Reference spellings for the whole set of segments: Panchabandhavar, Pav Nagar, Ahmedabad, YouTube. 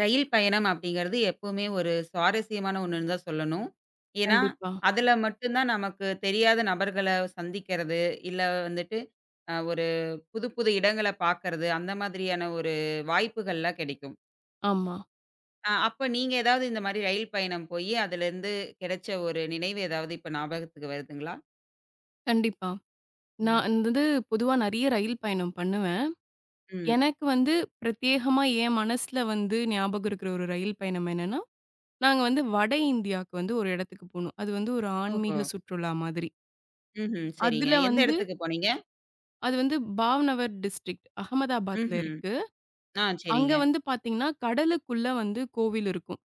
ரயில் பயணம் அப்படிங்கிறது எப்பவுமே ஒரு சுவாரஸ்யமான ஒண்ணுன்னு தான் சொல்லணும். ஏன்னா, கண்டிப்பா. அதுல மட்டும் தான் நமக்கு தெரியாத நபர்கள சந்திக்கிறது, இல்ல வந்துட்டு ஒரு புது புது இடங்கள பார்க்கறது, அந்த மாதிரியான ஒரு வாய்ப்புகள்லாம் கிடைக்கும். ஆமா. அப்ப நீங்க ஏதாவது இந்த மாரி ரயில் பயணம் போயி, அதுலேருந்து கிடைச்ச ஒரு நினைவு ஏதாவது இப்ப ஞாபகத்துக்கு வருதுங்களா? கண்டிப்பா. ம். நான் வந்து பொதுவா நெறைய ரயில் பயணம் பண்ணுவேன். ம். எனக்கு வந்து பிரத்யேகமா என் மனசுல வந்து ஞாபகம் இருக்கிற ஒரு ரயில் பயணம் என்னன்னா, நாங்க வந்து வட இந்தியாவுக்கு வந்து ஒரு இடத்துக்கு போனோம். அது வந்து ஒரு ஓஹோ! ஆன்மீக சுற்றுலா மாதிரி. ம்ஹ்ம். சரிங்க. அதுல எந்த வந்து இடத்துக்கு போனீங்க? அது வந்து பாவ்நகர் டிஸ்ட்ரிக்ட் அகமதாபாத்ல ம்ஹ்ம். இருக்கு. ஆ, அங்க சரிங்க. வந்து பார்த்தீங்கன்னா, கடலுக்குள்ள வந்து கோவில் இருக்கும்.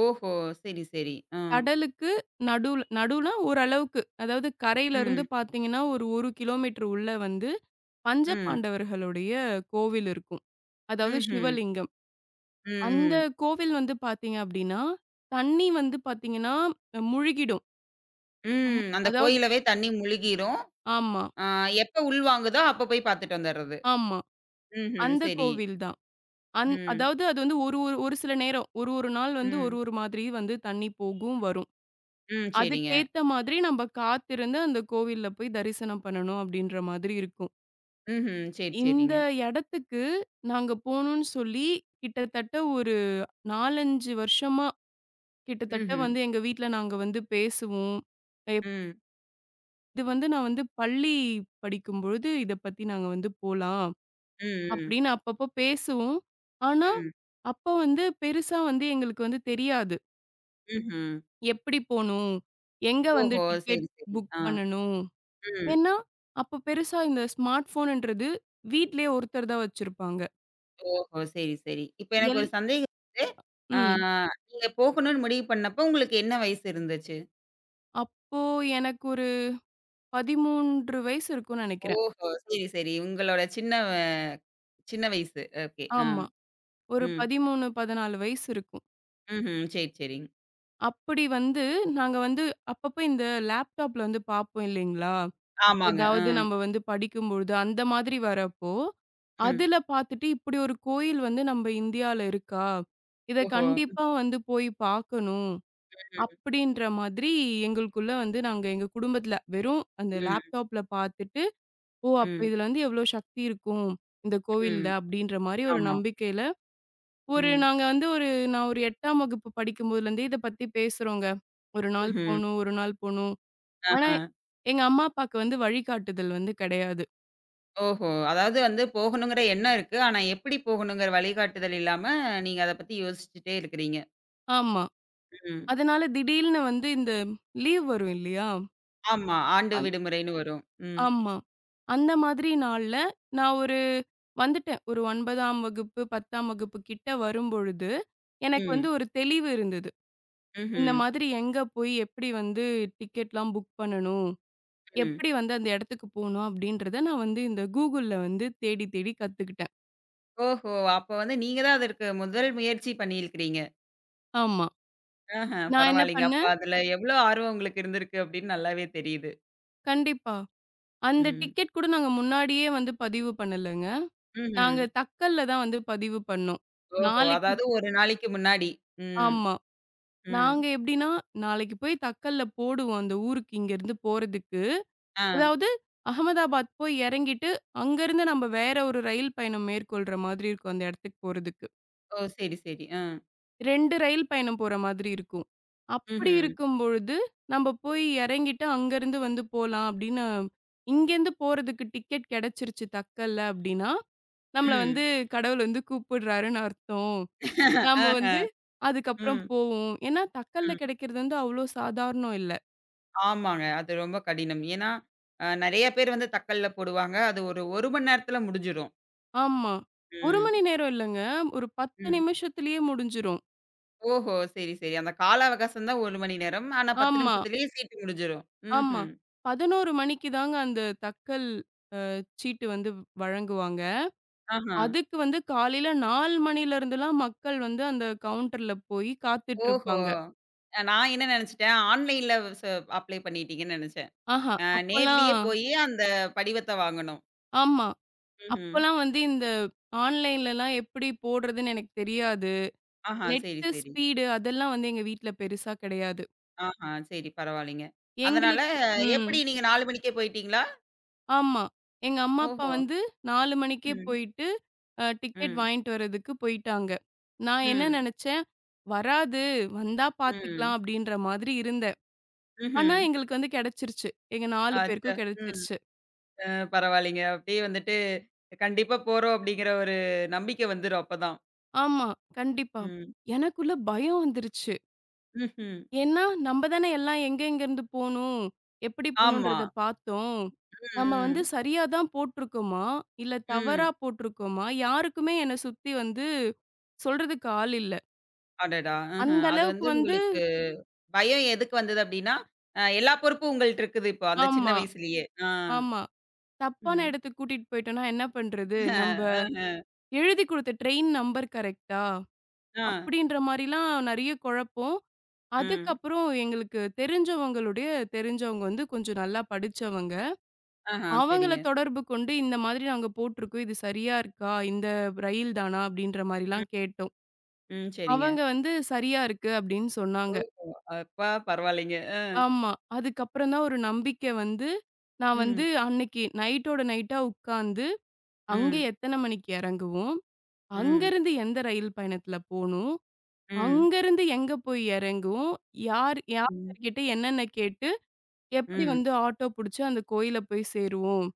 ஓஹோ! சரி, சரி. ஆ. கடலுக்கு நடுவுல நடுவுல ஓரளவுக்கு அதாவது கரையிலருந்து ம். பார்த்தீங்கன்னா, ஒரு 1 கிலோமீட்டர் உள்ள வந்து ம். பஞ்சபாண்டவர்களுடைய கோவில் இருக்கும். அதாவது ம்ஹ்ம். சிவலிங்கம். ம், அந்த ம். கோவில் வந்து பார்த்தீங்க அப்டின்னா, தண்ணீ வந்து பார்த்தீங்கன்னா, முழுகிடும். ம். ம். அந்த அதாவது, கோயிலவே தண்ணி முழுகிரும். ஆமா, ஆ, எப்ப உள்வாங்குதோ, அப்ப போய் பாத்துட்டு வந்துர்றது. ஆமா. ம்ஹ்ம். அந்த சரி. கோவில் தான். ம். அதாவது அது வந்து ஒரு ஒரு ஒரு சில நேரம், ஒரு ஒரு நாள் வந்து ம். ஒரு ஒரு மாதிரி வந்து தண்ணீ போகும், வரும். ம். சரிங்க. அதுக்கேத்த மாதிரி நம்ப காத்திருந்து அந்த கோவில்ல போய் தரிசனம் பண்ணணும் அப்டின்ற மாதிரி இருக்கும். ம்ஹ்ம். சரி, இந்த சரிங்க. இடத்துக்கு நாங்க போணும்னு சொல்லி கிட்டத்தட்ட ஒரு 4, 5 வருஷமா கிட்டத்தட்ட ம்ஹ்ம். வந்து எங்க வீட்ல நாங்க வந்து பேசுவோம். எப் ம். இது வந்து நான் வந்து பள்ளி படிக்கும்பொழுது இத பத்தி நாங்க வந்து போலாம், ம், ம். அப்படின்னு அப்பப்போ பேசுவோம். ஆனா, ம். அப்ப வந்து பெருசா வந்து எங்களுக்கு வந்து தெரியாது. ம்ஹ்ம். எப்படி போணும்? எங்க வந்து ஓஹோ! டிக்கெட் சரி, சரி. புக் ஆ. பண்ணணும்? ம். ஏன்னா, அப்ப பெருசா இந்த ஸ்மார்ட் ஃபோன்ன்றது வீட்லயே ஒருத்தர் தான் வச்சிருப்பாங்க. ஓஹோ! சரி, சரி. இப்ப எனக்கு எல் ஒரு சந்தேகம் இருக்கு. ஆ, ம். நீங்க போகணும்னு முடிவு பண்ணப்போ, உங்களுக்கு என்ன வயசு இருந்துச்சு? அப்போ எனக்கு ஒரு 13 வயசு இருக்கும்னு நெனைக்கிறேன். ஓஹோ! சரி, சரி. உங்களோட சின்ன சின்ன வயசு. ஓகே. ஆ. ஆமா. ஒரு ம். 13, 14 வயசு இருக்கும். ம்ஹ்ம். சரி, சரிங்க. அப்படி வந்து நாங்க வந்து அப்பப்போ இந்த லேப்டாப்ல வந்து பார்ப்போம் இல்லைங்களா? ஆமாங்க. அ. ஏதாவது நம்ம வந்து படிக்கும்பொழுது, அந்த மாதிரி வரப்போ, ம். அதுல பார்த்துட்டு இப்படி ஒரு கோயில் வந்து நம்ம இந்தியால இருக்கா? இத ஓஹோ! கண்டிப்பா வந்து போய் பார்க்கணும், ம். அப்படின்ற மாதிரி எங்களுக்குள்ள வந்து நாங்க எங்க குடும்பத்துல வெறும் அந்த ம். லேப்டாப்ல பார்த்துட்டு, ஓ! அப்ப ம். இதுல வந்து எவ்வளோ சக்தி இருக்கும், இந்த கோவில்ல ம். அப்படின்ற மாரி ஒரு ஆமா. நம்பிக்கையில ஒரு ம். நாங்க வந்து ஒரு நான் ஒரு 8ஆம் வகுப்பு படிக்கும்போதுலேருந்தே இத பத்தி பேசுறோங்க. ஒரு நாள் ம்ஹ்ம். போணும், ஒரு நாள் போணும். ஆனா, ஆஹா. எங்க அம்மா, அப்பாக்கு வந்து வழிகாட்டுதல் வந்து கிடையாது. ஓஹோ! அதாவது வந்து போகணுங்கிற எண்ணம் இருக்கு. ஆனா எப்படி போகணுங்கிற வழிகாட்டுதல் இல்லாம, நீங்க அத பத்தி யோசிச்சுட்டே இருக்கிறீங்க. ஆமா. ம். அதனால திடீல்னு வந்து இந்த லீவ் வரும் இல்லையா? ஆமா. ஆண்டு அந் விடுமுறைன்னு வரும். ம். ஆமா. அந்த மாதிரி நாள்ல நான் ஒரு வந்துட்டேன். ஒரு 9ஆம் வகுப்பு, 10ஆம் வகுப்பு கிட்ட வரும்பொழுது, எனக்கு ம். வந்து ஒரு தெளிவு இருந்தது. இந்த ம்ஹ்ம். மாதிரி எங்க போய் எப்படி வந்து டிக்கெட்லாம் புக் பண்ணணும்? ம். எப்படி வந்து அந்த இடத்துக்கு போணும் அப்படின்றத நான் வந்து இந்த கூகுள்ல வந்து தேடி தேடி கத்துக்கிட்டேன். ஓஹோ! அப்ப வந்து நீங்க தான் அதற்கு முதல் முயற்சி பண்ணியிருக்கிறீங்க. ஆமா. ஆஹா. நான் என்ன பரவாயில்லைங்க. அப்ப பண்ணேன் அதுல எவ்ளோ ஆர்வம் உங்களுக்கு இருந்திருக்கு அப்படின்னு நல்லாவே தெரியுது. கண்டிப்பா. அந்த ம். டிக்கெட் கூட நாங்க முன்னாடியே வந்து பதிவு பண்ணலங்க. ம்ஹ்ம். நாங்க தக்கல்ல தான் வந்து பதிவு பண்ணோம். ஓஹோ! நாளைக்கு அதாவது ஒரு நாளைக்கு முன்னாடி. ம். ஆமா. ம். நாங்க எப்படின்னா, நாளைக்கு போய் தக்கல்ல போடுவோம் அந்த ஊருக்கு இங்கேருந்து போறதுக்கு. ஆ. அதாவது அகமதாபாத் போய் இறங்கிட்டு, அங்கருந்து நம்ம வேற ஒரு ரயில் பயணம் மேற்கொள்ற மாதிரி இருக்கும் அந்த இடத்துக்கு போறதுக்கு. ஓ! சரி, சரி. ஆ. 2 ரயில் பயணம் போற மாதிரி இருக்கும். அப்படி ம்ஹ்ம். இருக்கும் பொழுது, நம்ப போய் இறங்கிட்டு அங்கருந்து வந்து போலாம் அப்படின்னு, இங்கேருந்து போறதுக்கு டிக்கெட் கிடைச்சிருச்சு தக்கல்ல அப்படின்னா, நம்மள வந்து ம். கடவுள் வந்து கூப்பிடுறாருன்னு அர்த்தம். நாம ஆஹ. வந்து அதுக்கப்புறம் ம், போவோம். ஏன்னா தக்கல்ல ம். கிடைக்கிறது வந்து அவ்வளோ சாதாரணம் இல்ல. ஆமாங்க. அது ரொம்ப கடினம். ஏன்னா, நெறைய பேர் வந்து தக்கல்ல போடுவாங்க. அது ஒரு 1 மணி நேரத்துல முடிஞ்சிடும். ஆமா. 1 ம், மணி நேரம் இல்லங்க. ஒரு 10 ம். நிமிஷத்திலேயே முடிஞ்சிரும். ஓஹோ! சரி, சரி. அந்த கால அவகாசம் தான் 1 மணி நேரம். ஆனா 10 ஆமா, நிமிஷத்திலேயே சீட்டு முடிஞ்சிரும். ஆமா. ம்ஹ்ம். 11 மணிக்கு தாங்க அந்த தக்கல் சீட்டு வந்து வழங்குவாங்க. ஆஹா. அதுக்கு வந்து காலையில 4 மணில இருந்துலாம் மக்கள் வந்து அந்த கவுண்டர்ல போய் காத்துட்டு ஓஹோ! இருப்பாங்க. நான் என்ன நெனச்சுட்டேன், ஆன்லைன்ல ச அப்ளை பண்ணிட்டீங்கன்னு நெனச்சேன். ஆஹா! நேர்லயே அப்பலாம் போயி அந்த படிவத்த வாங்கணும். ஆமா. ம்ஹ்ம். அப்பலாம் வந்து இந்த ஆன்லைன்லலாம் எப்படி போடுறதுன்னு எனக்கு தெரியாது. ஆஹா. சரி, நெட்டு சரி. ஸ்பீடு அதெல்லாம் வந்து எங்க வீட்ல பெருசா கிடையாது. ஆஹா! சரி பரவாயில்லைங்க. அதனால எங்களுக்கு ம். எப்படி நீங்க 4 மணிக்கே போயிட்டீங்களா? ஆமா. எங்க அம்மா, அப்பா ஓஹோ! வந்து 4 மணிக்கே ம், போயிட்டு டிக்கெட் ம், வாங்கிட்டு வரதுக்கு போயிட்டாங்க. நான் என்ன ம், நெனச்சேன், வராது, வந்தா ம், பாத்துக்கலாம் அப்படின்ற மாதிரி இருந்தேன். ஆனா, ம்ஹ்ம். எங்களுக்கு வந்து கிடைச்சிருச்சு. எங்க 4 அச்சா! பேருக்கும் ம். கிடைச்சிருச்சு. அ. பரவாயில்லைங்க. அப்படியே வந்துட்டு கண்டிப்பா போறோம் அப்படிங்கிற ஒரு நம்பிக்கை வந்துரும் அப்பதான். ஆமா, கண்டிப்பா. ம், எனக்குள்ள பயம் வந்துருச்சு. ம்ஹ்ம். ஏன்னா, நம்ம தானே எல்லாம் எங்க எங்கேருந்து போணும், எப்படி ஆமா. போணுன்றத பார்த்தோம். நம்ம ம், வந்து ம், சரியா தான் போட்டுருக்கோமா, இல்ல ம். தவறா போட்டுருக்கோமா, யாருக்குமே என்ன சுத்தி வந்து சொல்றதுக்கு ஆள் இல்ல. அடடா! ம்ஹ்ம். அந்த அது அளவுக்கு வந்து வந்து உங்களுக்கு பயம் எதுக்கு வந்தது அப்படின்னா, எல்லா பொறுப்பும் உங்கள்ட்ட இருக்குது இப்போ அந்த சின்ன ஆமா, வயசுலயே. ஆ, ஆமா. தப்பான ம். இடத்துக்கு கூட்டிட்டு போயிட்டோம்னா என்ன பண்றது? நம்ப அஹ, எழுதி குடுத்த ட்ரெயின் நம்பர் கரெக்ட்டா? ஆ, அப்படின்ற மாரிலாம் நெறைய குழப்பம். ம். அதுக்கப்புறம் எங்களுக்கு தெரிஞ்சவங்களுடைய தெரிஞ்சவங்க வந்து கொஞ்சம் நல்லா படிச்சவங்க. ஆஹா! அவங்கள சரிங்க. தொடர்பு கொண்டு, இந்த மாதிரி நாங்க போட்டிருக்கோம். இது சரியா இருக்கா? இந்த ரயில் தானா? அப்படின்ற ம், மாரிலாம் கேட்டோம். ம். சரிங்க. அவங்க வந்து சரியா இருக்கு அப்படின்னு சொன்னாங்க. ஓஹோ! அப்பா பரவாயில்லைங்க. ஆமா. அதுக்கப்புறம் தான் ஒரு நம்பிக்கை வந்து, நான் ம். வந்து அன்னைக்கு நைட்டோட நைட்டா உட்காந்து, அங்க ம். எத்தனை மணிக்கு இறங்குவோம்? ம். அங்கருந்து எந்த ரயில் பயணத்துல போணும்? ம். அங்கருந்து எங்க போய் இறங்குவோம்? யார் யார் ம். யார்கிட்ட என்னென்ன கேட்டு எப்படி ம். வந்து ஆட்டோ புடிச்சு அந்த கோயில போய் சேருவோம்?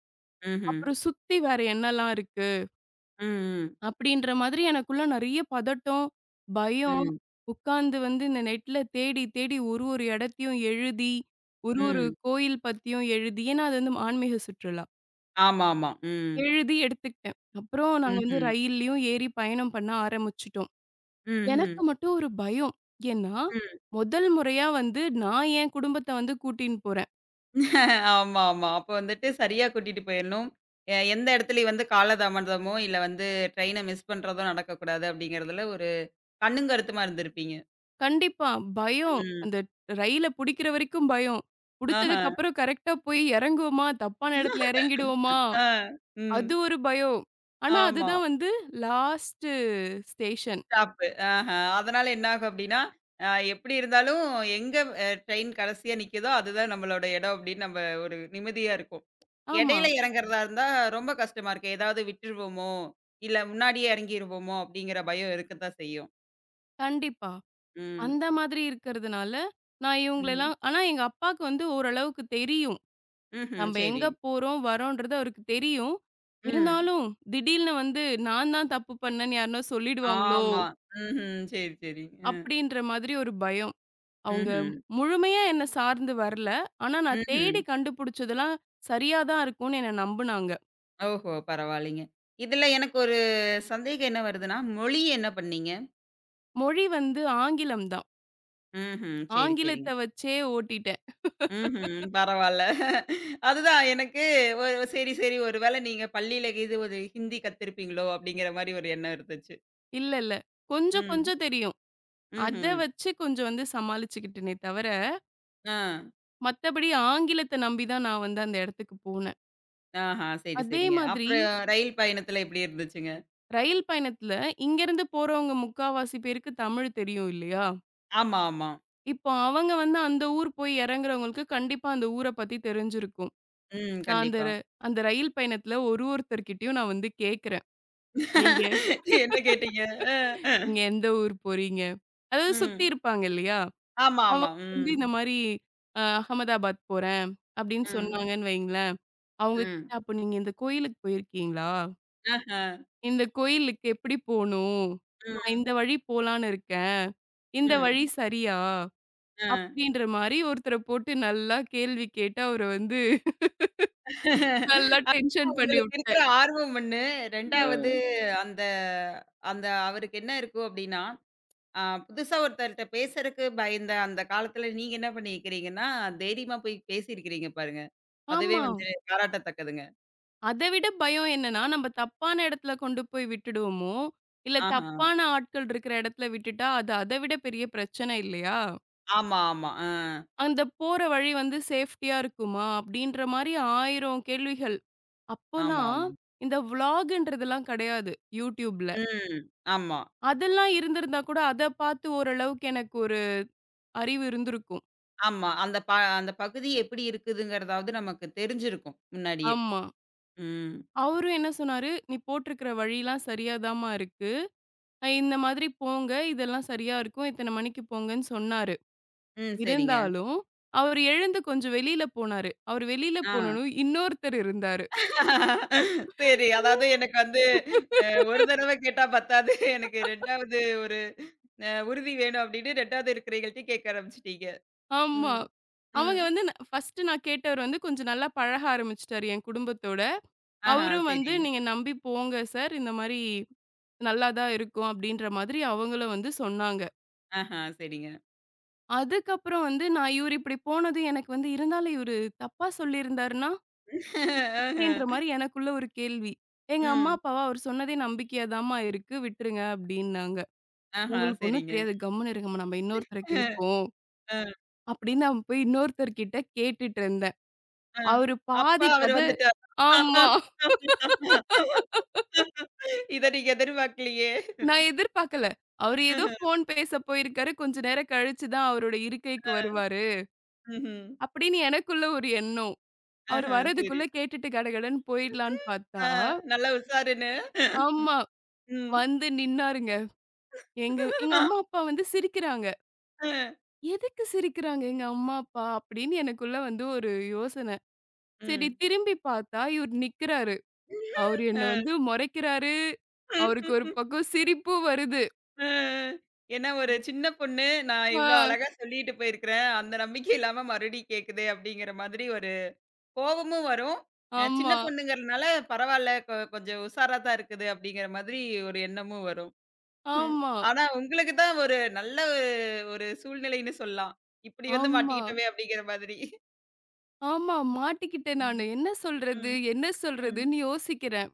ம்ஹ்ம். அப்புறம் சுத்தி வேற என்னலாம் இருக்கு? ம். அப்படின்ற மாதிரி எனக்குள்ள நெறைய பதட்டம், பயம். ம். உட்கார்ந்து வந்து இந்த நெட்ல தேடி, தேடி ஒரு ஒரு இடத்தையும் எழுதி, ஒரு ஒரு ம். கோயில் பத்தியும் எழுதி, ஏன்னா அது வந்து ஆன்மீக சுற்றுலா. ஆமாமா. ம். எழுதி எடுத்துக்கிட்டேன். அப்புறம் நாங்க வந்து ம்ஹ்ம். ரயில்லயும் ஏறி பயணம் பண்ண ஆரம்பிச்சுட்டோம். எனக்கு ம்ஹ்ம். மட்டும் ஒரு பயம். ஏன்னா, ம். முதல் முறையா வந்து நான் என் குடும்பத்த வந்து கூட்டின்னு போறேன். ஆமா, ஆமா. அப்ப வந்துட்டு சரியா கூட்டிட்டு போயிரணும். எந்த இடத்துலயும் வந்து காலதாமதமோ, இல்ல வந்து ட்ரெயின மிஸ் பண்றதோ நடக்கக்கூடாது அப்படிங்கிறதுல ஒரு கண்ணும் கருத்துமா இருந்திருப்பீங்க. கண்டிப்பா. பயம். ம். அந்த ரயில புடிக்கிற வரைக்கும் பயம். ஆஹ. புடிச்சதுக்கு அப்புறம் கரெக்ட்டா போய் இறங்குவோமா? தப்பான இடத்துல இறங்கிடுவோமா? ஆ. ம். அது ஒரு பயம். ஆனா, ஆமா. அதுதான் வந்து லாஸ்ட்டு ஸ்டேஷன். ஸ்டாப்பு. ஆஹ. அதனால என்ன ஆகும் அப்டின்னா, எப்டி இருந்தாலும் எங்க ட்ரெயின் கடைசியா நிக்குதோ, அதுதான் நம்மளோட இடம் அப்டின்னு நம்ம ஒரு நிம்மதியா இருக்கும். ஆமா. இடையில இறங்குறதா இருந்தா ரொம்ப கஷ்டமா இருக்கு. ஏதாவது விட்டுருவோமோ, இல்ல முன்னாடியே இறங்கிருவோமோ அப்டிங்கிற பயம் இருக்கத்தான் செய்யும். கண்டிப்பா. ம். அந்த மாதிரி இருக்கிறதுனால, நான் ம். இவங்களலாம் ஆனா எங்க அப்பாக்கு வந்து ஓரளவுக்கு தெரியும். ம்ஹ்ம். நம்ம சரி. எங்க போறோம், வரோன்றது அவருக்கு தெரியும். ம். இருந்தாலும், திடீல்னு வந்து நான் தான் தப்பு பண்ணேன்னு யாருனா சொல்லிடுவாங்களோ? ஆமா. ம்ஹ்ம். சரி, சரி. அ. அப்படின்ற மாதிரி ஒரு பயம். அவங்க ம்ஹ்ம். முழுமையா என்ன சார்ந்து வரல. ஆனா, நான் ம்ஹ்ம். தேடி கண்டுபிடிச்சதெல்லாம் சரியா தான் இருக்கும்னு என்ன நம்புனாங்க. ஓஹோ! பரவாயில்லைங்க. இதுல எனக்கு ஒரு சந்தேகம் என்ன வருதுன்னா, மொழி என்ன பண்ணீங்க? மொழி வந்து ஆங்கிலம் தான். ம்ஹ்ம். சரி, ஆங்கிலத்த சரிங்க. வச்சே ஓட்டிட்டேன். ம்ஹ்ம். பரவால்ல. அதுதான் எனக்கு ஒரு சரி, சரி ஒருவேளை நீங்க பள்ளியில இது ஒரு ஹிந்தி கத்திருப்பீங்களோ! அப்படிங்கிற மாரி ஒரு எண்ணம் இருந்துச்சு. இல்ல, இல்ல. கொஞ்சம் ம். கொஞ்சம் தெரியும். அத ம்ஹ்ம். வச்சு கொஞ்சம் வந்து சமாளிச்சுக்கிட்டேனே தவிர, ஆ. மத்தபடி ஆங்கிலத்த நம்பி தான் நான் வந்து அந்த இடத்துக்கு போனேன். ஆஹா. சரி, அதே சரிங்க. மாதிரி அப்புறம் ரயில் பயணத்துல எப்படி இருந்துச்சுங்க? ரயில் பயணத்துல இங்கேருந்து போறவங்க முக்காவாசி பேருக்கு தமிழ் தெரியும் இல்லையா? ஆமா, ஆமா. இப்போ அவங்க வந்து அந்த ஊர் போய் இறங்குறவங்களுக்கு கண்டிப்பா அந்த ஊர பத்தி தெரிஞ்சிருக்கும். ம். நான் கண்டிப்பா. அந்த ரயில் பயணத்துல ஒரு ஒருத்தர்கிட்டயும் நான் வந்து கேட்கிறேன். நீங்க என்ன கேட்டீங்க? அ, அ. நீங்க எந்த ஊர் போறீங்க? அதாவது சுத்தி ம். இருப்பாங்க இல்லையா? ஆமா, அவங்க ஆமா. ம். வந்து இந்த மாரி அகமதாபாத் போறேன் அப்படின்னு ம். சொன்னாங்கன்னு வைங்களேன். அவங்க ம். கிட்ட அப்ப நீங்க இந்த கோயிலுக்கு போயிருக்கீங்களா? ஆஹா. இந்த கோயிலுக்கு எப்படி போணும்? நான் ம், இந்த வழி போலான்னு இருக்கேன். இந்த ம். வழி சரியா? ஆ. அப்படின்ற மாரி ஒருத்தர போட்டு நல்லா கேள்வி கேட்டு அவர வந்து நல்லா டென்ஷன் பண்ணி உங்களுக்கு இருக்கிற விட்டேன். ஆர்வம் 1, 2வது. அ. அந்த அந்த அவருக்கு என்ன இருக்கும் அப்படின்னா, ஆ, புதுசா ஒருத்தர்ட்ட பேசறக்கு பயந்த அந்த காலத்துல நீங்க என்ன பண்ணியிருக்கிறீங்கன்னா, தைரியமா போய் பேசியிருக்கிறீங்க பாருங்க. அதுவே ஆமா. வந்து பாராட்டத்தக்கதுங்க. அத விட பயம் என்னன்னா, நம்ம தப்பான இடத்துல கொண்டு போய் விட்டுடுவோமோ! இல்ல ஆஹா. தப்பான ஆட்கள் இருக்கிற இடத்துல விட்டுட்டா, அது அத விட பெரிய பிரச்சனை இல்லையா? ஆமா, ஆமா. ஆ. அந்த போற வழி வந்து சேஃப்டியா இருக்குமா? அப்டின்ற மாரி 1000 கேள்விகள். ஆமா, அப்போலாம் ஆமா. இந்த விளாக்ன்றதெல்லாம் கிடையாது YouTubeல. ம். ஆமா, அதெல்லாம் இருந்திருந்தா கூட அத பார்த்து ஓரளவுக்கு எனக்கு ஒரு அறிவு இருந்திருக்கும். ஆமா. அந்த பகுதி எப்படி இருக்குதுங்கிறதாவது நமக்கு தெரிஞ்சிருக்கும் முன்னாடியே. ஆமா. ம். அவரும் என்ன சொன்னாரு, "நீ போட்டிருக்கிற வழிலாம் சரியா தாம்மா இருக்கு. இந்த மாதிரி போங்க. இதெல்லாம் சரியா இருக்கும். இத்தன மணிக்கு போங்கன்னு" சொன்னாரு. ம். சரிங்க. இருந்தாலும், அவரு எழுந்து கொஞ்சம் வெளியில போனாரு. அவரு வெளியில ஆ. போனோனே இன்னொருத்தர் இருந்தாரு. சரி. அதாவது எனக்கு வந்து அ ஒரு தடவ கேட்டா பத்தாது. எனக்கு 2வது ஒரு உறுதி வேணும் அப்படின்னு 2வது இருக்கிறவைகள்ட்டயும் கேட்க ஆரம்பிச்சுட்டீங்க. ஆமா. ம். ம். அவங்க வந்து ஃபர்ஸ்ட் நான் கேட்டவரு வந்து கொஞ்சம் நல்லா பழக ஆரம்பிச்சுட்டாரு என் குடும்பத்தோட. ஆஹா, அவரும் வந்து சரிங்க. "நீங்க நம்பி போங்க சார். இந்த மாரி நல்லா தான் இருக்கும்." அப்படின்ற மாதிரி அவங்களும் வந்து சொன்னாங்க. ஆஹா, சரிங்க. அதுக்கப்புறம் வந்து நான் இவரு இப்படி போனது எனக்கு வந்து இருந்தாலும் இவரு தப்பா சொல்லியிருந்தாருன்னா? அப்படின்ற ஆஹா. மாரி எனக்குள்ள ஒரு கேள்வி. எங்க அம்மா, ம். அப்பாவா "அவரு சொன்னதே நம்பிக்கையா தாம்மா இருக்கு. விட்டுருங்க" அப்படின்னாங்க. ஆஹா, உங்களுக்கு ஒண்ணும் சரிங்க. தெரியாது. கம்முனு இருங்கம்மா. நம்ம இன்னொருத்தர கேட்போம். அ, அப்படின்னு நான் போய் இன்னொருத்தர்கிட்ட கேட்டுட்டு இருந்தேன். அ. அவரு அப்ப பாதி அவரு கத வந்துட்டாரு. ஆமா. இத நீங்க எதிர்பார்க்கலையே! நான் எதிர்பார்க்கல. அவரு ஏதோ ஆஹா, ஃபோன் பேச போயிருக்காரு. கொஞ்ச நேரம் கழிச்சு தான் அவரோட இருக்கைக்கு ஆ. வருவாரு. ம்ஹ்ம். அப்படின்னு எனக்குள்ள ஒரு எண்ணம். அவரு ஆஹா, சரி. வரதுக்குள்ள கேட்டுட்டு கடகடன்னு போயிடலான்னு பார்த்தா, ஆ, நல்லா உஷாருன்னு. ம். ஆமா. ம். வந்து நின்னாருங்க. எங்க எங்க அம்மா, அப்பா வந்து சிரிக்கிறாங்க. அ, எதுக்கு சிரிக்கிறாங்க எங்க அம்மா, அப்பா? அப்படின்னு எனக்குள்ள வந்து ஒரு யோசனை. சரி, ம். திரும்பி பார்த்தா, இவரு நிக்கிறாரு. அவரு என்ன வந்து மொறைக்கிறாரு. அ. அவருக்கு ஒரு பக்கம் சிரிப்பும் வருது. அ. ஏன்னா ஒரு சின்ன பொண்ணு, நான் ஆ, இவ்ளோ அழகா சொல்லிட்டு போயிருக்கிறேன். அந்த நம்பிக்கை இல்லாம மறுபடியும் கேட்குதே அப்படிங்கிற மாதிரி ஒரு கோவமும் வரும். சின்ன ஆமா, பொண்ணுங்கிறதுனால பரவால்ல கொஞ்சம் உஷாரா தான் இருக்குது அப்படிங்கிற மாதிரி ஒரு எண்ணமும் வரும். ம். ஆமா, ஆனா உங்களுக்கு தான் ஒரு நல்ல ஒரு ஒரு சூழ்நிலைன்னு சொல்லலாம். இப்படி வந்து ஆமா, மாட்டிக்கிட்டோமே அப்படிங்கிற மாதிரி. ஆமா. மாட்டிக்கிட்டேன் ம். நானு. என்ன சொல்றது? ம். என்ன ம். சொல்றதுன்னு யோசிக்கிறேன்.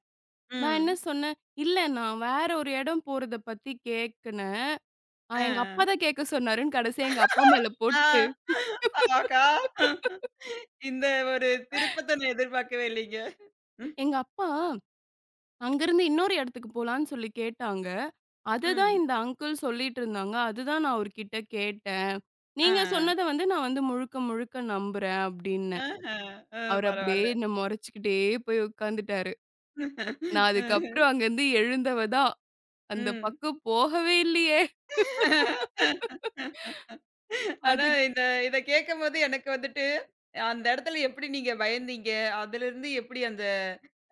நான் என்ன ம். சொன்னேன், "இல்ல நான் வேற ஒரு எடம் போறத பத்தி கேக்குனேன். எங்க அப்பா அ. தான் கேட்க சொன்னாருன்னு" கடைசியா எங்க அப்பா மேல ஆ. போட்டு, ஆமாக்கா. இந்த ஒரு திருப்பத்த நான் எதிர்பார்க்கவே இல்லைங்க. ம். எங்க அப்பா அங்கருந்து இன்னொரு எடத்துக்கு போலான்னு சொல்லி கேட்டாங்க. அததான் ம். இந்த அங்கிள் சொல்லிட்டு இருந்தாங்க. அதுதான் நான் அவர்கிட்ட கேட்டேன். ஆ, நீங்க சொன்னத வந்து நான் வந்து முழுக்க முழுக்க நம்புறேன் அப்படின்னு. ஆ. ஆஹா, அ அவரு அப்படியே பரவால்ல. என்ன மொறச்சுக்கிட்டே போய் உட்காந்துட்டாரு. நான் அதுக்கப்புறம் அங்கருந்து எழுந்தவ தான். அந்த ம். பக்கம் போகவே இல்லையே! ஆனா அதுக் இந்த இத கேட்கும்போது எனக்கு வந்துட்டு, அந்த இடத்துல எப்படி நீங்க பயந்தீங்க? அதுலருந்து எப்படி அந்த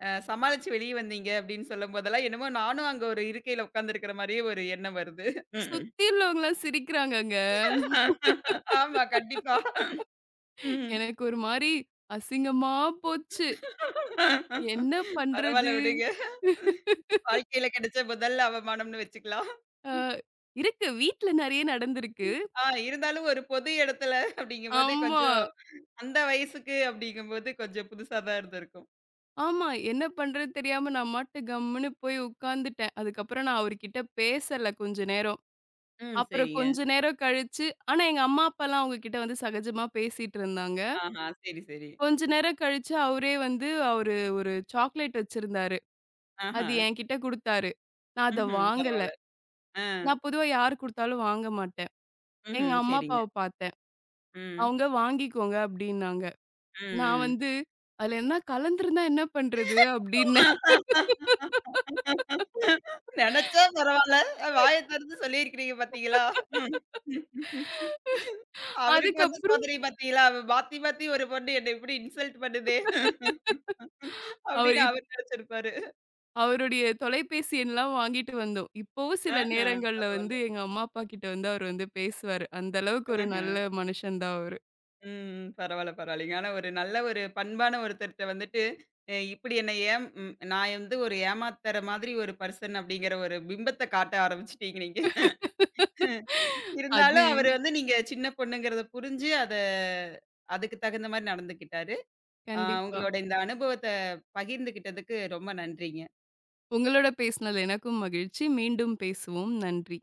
சமாளிச்சு வெளிய வந்தீங்க? அப்படின்னு சொல்லும்போதெல்லாம் என்னமோ நானும் அங்க ஒரு இருக்கையில உட்கார்ந்திருக்கிற மாரியே ஒரு எண்ணம் வருது. ம். சுத்தி உள்ளவங்கலாம் சிரிக்கிறாங்கங்க. ஆமா, கண்டிப்பா. ம். எனக்கு ஒரு மாரி அசிங்கமா போச்சு. என்ன பரவால்ல பண்றது? விடுங்க. வாழ்க்கையில கிடைச்ச முதல் அவமானம்னு வச்சுக்கலாம். அ இருக்கு. வீட்ல நெறைய நடந்திருக்கு. ஆ, இருந்தாலும் ஒரு பொது இடத்துல அப்படிங்கும்போது ஆமா. கொஞ்சம் அந்த வயசுக்கு அப்படிங்கும்போது கொஞ்சம் புதுசா தான் இருந்திருக்கும். ஆமா. என்ன பண்றது தெரியாம நான் மாட்டு கம்முன்னு போய் உட்காந்துட்டேன். அதுக்கப்புறம் நான் அவர்கிட்ட பேசல கொஞ்ச நேரம். ம். அப்புறம் சரிங்க. கொஞ்ச நேரம் கழிச்சு ஆனா எங்க அம்மா, அப்பாலாம் அவங்க கிட்ட வந்து சகஜமா பேசிட்டு இருந்தாங்க. ஆஹா! சரி, சரி. கொஞ்ச நேரம் கழிச்சு அவரே வந்து அவரு ஒரு சாக்லேட் வச்சிருந்தாரு. ஆஹா! அது என்கிட்ட குடுத்தாரு. நான் அத ம்ஹ்ம். வாங்கல. பரவால்ல. ஆ. நான் பொதுவா யாரு குடுத்தாலும் வாங்க மாட்டேன். எங்க ம்ஹ்ம். அம்மா, சரிங்க. அப்பாவ பார்த்தேன். ம். அவங்க வாங்கிக்கோங்க அப்டின்னாங்க. நான் ம், ம். வந்து அதுல என்ன கலந்திருந்தா என்ன பண்றது? அப்டின்னேன். நெனச்சா பரவால்ல. வாய திறந்து சொல்லியிருக்கிறீங்க பார்த்தீங்களா? அவருக்கு வந்த அதுக்கப்புறம் சோதனை பார்த்தீங்களா? அவ மாத்தி மாத்தி ஒரு பொண்ணு என்ன இப்படி இன்சல்ட் பண்ணுதே அவரு அப்படின்னு அவரு நெனச்சிருப்பாரு. அவருடைய தொலைபேசி எண்லாம் வாங்கிட்டு வந்தோம். இப்பவும் சில ஆஹ. நேரங்கள்ல பரவால்ல. வந்து எங்க அம்மா, அப்பா கிட்ட வந்து அவரு வந்து பேசுவாரு. அந்த அளவுக்கு ஒரு ஆஹ. நல்ல மனுஷன் தான் அவரு. ம். பரவால்ல, பரவால்லைங்க. ஆனா ஒரு நல்ல ஒரு பண்பான ஒருத்தர்ட்ட வந்துட்டு, அ இப்டி என்ன ஏம் ம் நான் வந்து ஒரு ஏமாத்துற மாதிரி ஒரு பர்சன் அப்டிங்கிற ஒரு பிம்பத்த காட்ட ஆரம்பிச்சுட்டீங்க நீங்க. அது இருந்தாலும் அவரு வந்து நீங்க சின்ன பொண்ணுங்கிறத புரிஞ்சு அத அதுக்கு தகுந்த மாரி நடந்துக்கிட்டாரு. ஆ, கண்டிப்பா. உங்களோட இந்த அனுபவத்த பகிர்ந்துகிட்டதுக்கு ரொம்ப நன்றிங்க. உங்களோட பேசினது எனக்கும் மகிழ்ச்சி. மீண்டும் பேசுவோம். நன்றி.